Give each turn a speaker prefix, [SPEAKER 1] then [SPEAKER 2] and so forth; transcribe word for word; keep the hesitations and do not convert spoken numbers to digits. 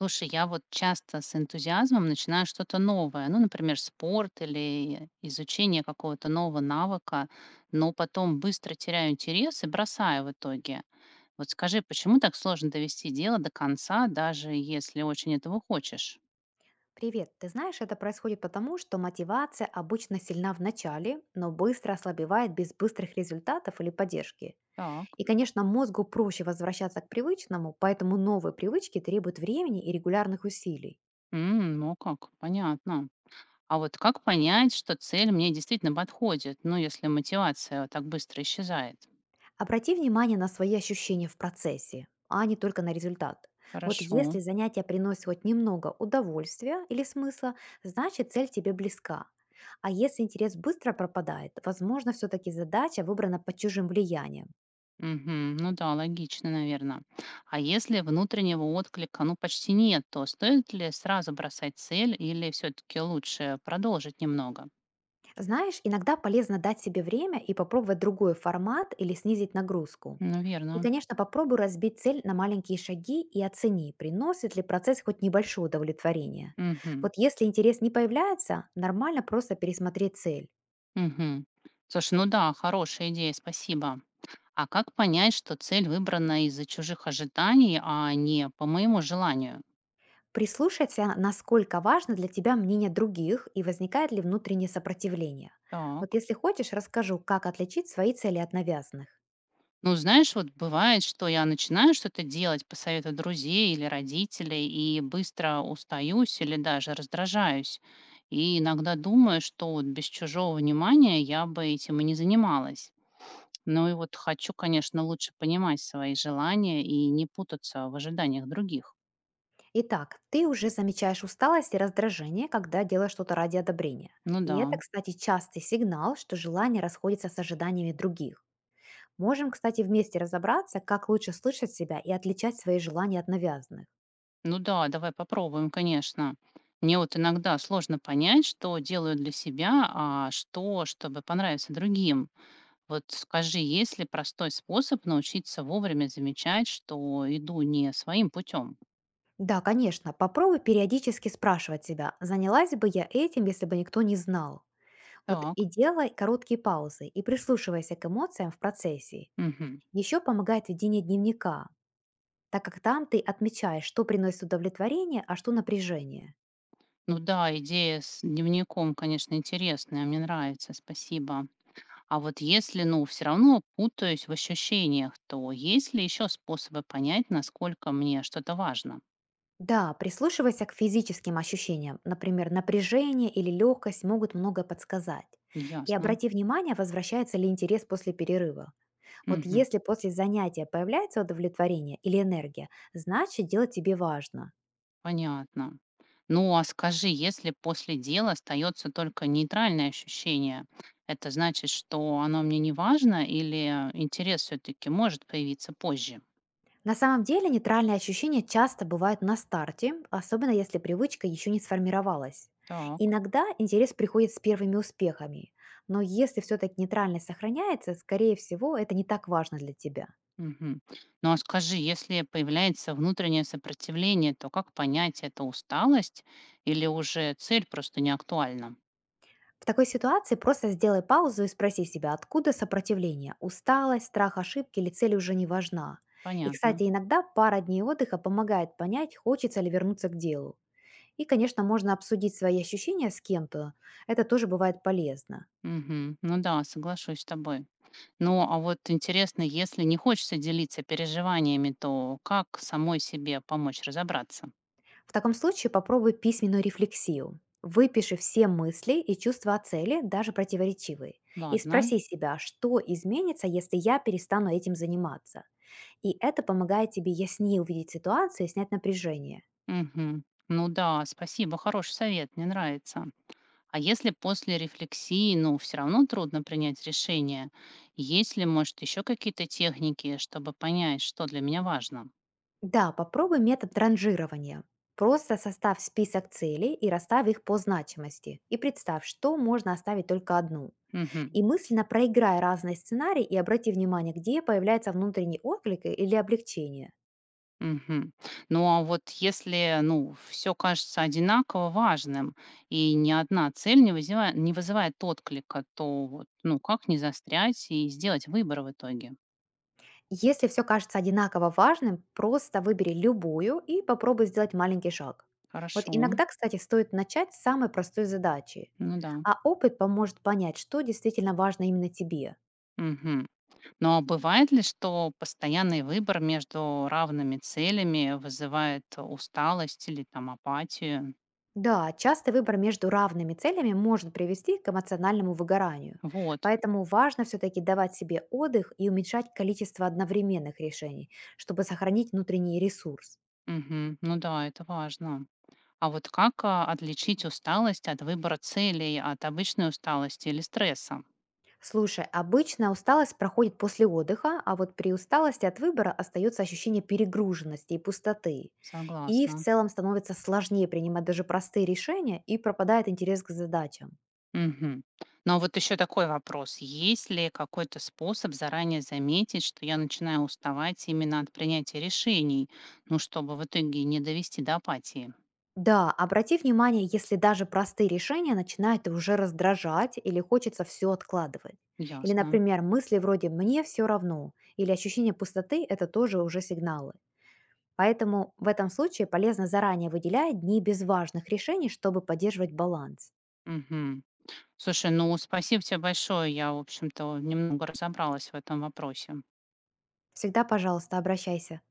[SPEAKER 1] Слушай, я вот часто с энтузиазмом начинаю что-то новое, ну, например, спорт или изучение какого-то нового навыка, но потом быстро теряю интерес и бросаю в итоге. Вот скажи, почему так сложно довести дело до конца, даже если очень этого хочешь?
[SPEAKER 2] Привет. Ты знаешь, это происходит потому, что мотивация обычно сильна в начале, но быстро ослабевает без быстрых результатов или поддержки.
[SPEAKER 1] Так.
[SPEAKER 2] И, конечно, мозгу проще возвращаться к привычному, поэтому новые привычки требуют времени и регулярных усилий.
[SPEAKER 1] М, ну как, понятно. А вот как понять, что цель мне действительно подходит, ну, если мотивация вот так быстро исчезает?
[SPEAKER 2] Обрати внимание на свои ощущения в процессе, а не только на результат. Вот
[SPEAKER 1] Хорошо.
[SPEAKER 2] если занятие приносит хоть немного удовольствия или смысла, значит цель тебе близка. А если интерес быстро пропадает, возможно, все-таки задача выбрана под чужим влиянием.
[SPEAKER 1] Мгм. Ну да, логично, наверное. А если внутреннего отклика, ну, почти нет, то стоит ли сразу бросать цель или все-таки лучше продолжить немного?
[SPEAKER 2] Знаешь, иногда полезно дать себе время и попробовать другой формат или снизить нагрузку.
[SPEAKER 1] Ну,
[SPEAKER 2] И,
[SPEAKER 1] верно.
[SPEAKER 2] конечно, попробуй разбить цель на маленькие шаги и оцени, приносит ли процесс хоть небольшое удовлетворение.
[SPEAKER 1] Мгм.
[SPEAKER 2] Вот если интерес не появляется, нормально просто пересмотреть цель.
[SPEAKER 1] Мгм. Слушай, ну да, хорошая идея, спасибо. А как понять, что цель выбрана из-за чужих ожиданий, а не по моему желанию?
[SPEAKER 2] Прислушайся, насколько важно для тебя мнение других и возникает ли внутреннее сопротивление. Вот
[SPEAKER 1] Так.
[SPEAKER 2] если хочешь, расскажу, как отличить свои цели от навязанных.
[SPEAKER 1] Ну, знаешь, вот бывает, что я начинаю что-то делать по совету друзей или родителей и быстро устаюсь или даже раздражаюсь. И иногда думаю, что вот без чужого внимания я бы этим и не занималась. Ну и вот хочу, конечно, лучше понимать свои желания и не путаться в ожиданиях других.
[SPEAKER 2] Итак, ты уже замечаешь усталость и раздражение, когда делаешь что-то ради одобрения.
[SPEAKER 1] Ну
[SPEAKER 2] И
[SPEAKER 1] да,
[SPEAKER 2] это, кстати, частый сигнал, что желания расходятся с ожиданиями других. Можем, кстати, вместе разобраться, как лучше слышать себя и отличать свои желания от навязанных.
[SPEAKER 1] ну да, давай попробуем, конечно. Мне вот иногда сложно понять, что делаю для себя, а что, чтобы понравиться другим. Вот скажи, есть ли простой способ научиться вовремя замечать, что иду не своим путем?
[SPEAKER 2] Да, конечно, попробуй периодически спрашивать себя, занялась бы я этим, если бы никто не знал. Вот
[SPEAKER 1] Так.
[SPEAKER 2] и делай короткие паузы и прислушивайся к эмоциям в процессе.
[SPEAKER 1] Мгм.
[SPEAKER 2] Еще помогает ведение дневника, так как там ты отмечаешь, что приносит удовлетворение, а что напряжение.
[SPEAKER 1] Ну да, идея с дневником, конечно, интересная, мне нравится, спасибо. А вот если, ну, все равно путаюсь в ощущениях, то есть ли еще способы понять, насколько мне что-то важно?
[SPEAKER 2] Да, прислушивайся к физическим ощущениям. Например, напряжение или легкость могут многое подсказать. И
[SPEAKER 1] Ясно.
[SPEAKER 2] обрати внимание, возвращается ли интерес после перерыва. Вот
[SPEAKER 1] Мгм.
[SPEAKER 2] если после занятия появляется удовлетворение или энергия, значит дело тебе важно.
[SPEAKER 1] Понятно. Ну, а скажи, если после дела остается только нейтральное ощущение, это значит, что оно мне не важно или интерес все-таки может появиться позже?
[SPEAKER 2] На самом деле нейтральные ощущения часто бывают на старте, особенно если привычка еще не сформировалась.
[SPEAKER 1] Так.
[SPEAKER 2] Иногда интерес приходит с первыми успехами, но если все-таки нейтральность сохраняется, скорее всего, это не так важно для тебя.
[SPEAKER 1] Мгм. Ну, а скажи, если появляется внутреннее сопротивление, то как понять, это усталость или уже цель просто не актуальна?
[SPEAKER 2] В такой ситуации просто сделай паузу и спроси себя, откуда сопротивление, усталость, страх ошибки или цель уже не важна. И,
[SPEAKER 1] Понятно.
[SPEAKER 2] кстати, иногда пара дней отдыха помогает понять, хочется ли вернуться к делу. И, конечно, можно обсудить свои ощущения с кем-то, это тоже бывает полезно.
[SPEAKER 1] Мгм. Ну да, соглашусь с тобой. Ну, а вот интересно, если не хочется делиться переживаниями, то как самой себе помочь разобраться?
[SPEAKER 2] В таком случае попробуй письменную рефлексию. Выпиши все мысли и чувства о цели, даже противоречивые. И
[SPEAKER 1] Ладно.
[SPEAKER 2] спроси себя, что изменится, если я перестану этим заниматься. И это помогает тебе яснее увидеть ситуацию и снять напряжение.
[SPEAKER 1] Мгм. Ну да, спасибо, хороший совет, мне нравится. А если после рефлексии, ну, все равно трудно принять решение, есть ли, может, еще какие-то техники, чтобы понять, что для меня важно?
[SPEAKER 2] Да, попробуй метод ранжирования. Просто составь список целей и расставь их по значимости. И представь, что можно оставить только одну.
[SPEAKER 1] Мгм.
[SPEAKER 2] И мысленно проиграй разные сценарии и обрати внимание, где появляется внутренний отклик и- или облегчение.
[SPEAKER 1] Мгм. Ну, а вот если, ну, все кажется одинаково важным, и ни одна цель не вызывает не вызывает отклика, то вот, ну, как не застрять и сделать выбор в итоге?
[SPEAKER 2] Если все кажется одинаково важным, просто выбери любую и попробуй сделать маленький шаг. Вот
[SPEAKER 1] Хорошо.
[SPEAKER 2] иногда, кстати, стоит начать с самой простой задачи,
[SPEAKER 1] Ну да.
[SPEAKER 2] а опыт поможет понять, что действительно важно именно тебе.
[SPEAKER 1] Мгм. Но бывает ли, что постоянный выбор между равными целями вызывает усталость или там апатию?
[SPEAKER 2] Да, частый выбор между равными целями может привести к эмоциональному выгоранию,
[SPEAKER 1] Вот.
[SPEAKER 2] поэтому важно все-таки давать себе отдых и уменьшать количество одновременных решений, чтобы сохранить внутренний ресурс.
[SPEAKER 1] Мгм. Ну да, это важно. А вот как а, отличить усталость от выбора целей, от обычной усталости или стресса?
[SPEAKER 2] Слушай, обычно усталость проходит после отдыха, а вот при усталости от выбора остается ощущение перегруженности и пустоты. И в
[SPEAKER 1] Согласна.
[SPEAKER 2] целом становится сложнее принимать даже простые решения и пропадает интерес к задачам.
[SPEAKER 1] Мгм. Но вот еще такой вопрос. Есть ли какой-то способ заранее заметить, что я начинаю уставать именно от принятия решений, ну, чтобы в итоге не довести до апатии?
[SPEAKER 2] Да, обрати внимание, если даже простые решения начинают уже раздражать или хочется все откладывать. Или,
[SPEAKER 1] Ясно.
[SPEAKER 2] например, мысли вроде «мне все равно» или ощущение пустоты– это тоже уже сигналы. Поэтому в этом случае полезно заранее выделять дни без важных решений, чтобы поддерживать баланс.
[SPEAKER 1] Мгм. Слушай, ну, спасибо тебе большое. Я, в общем-то, немного разобралась в этом вопросе.
[SPEAKER 2] Всегда, пожалуйста, обращайся.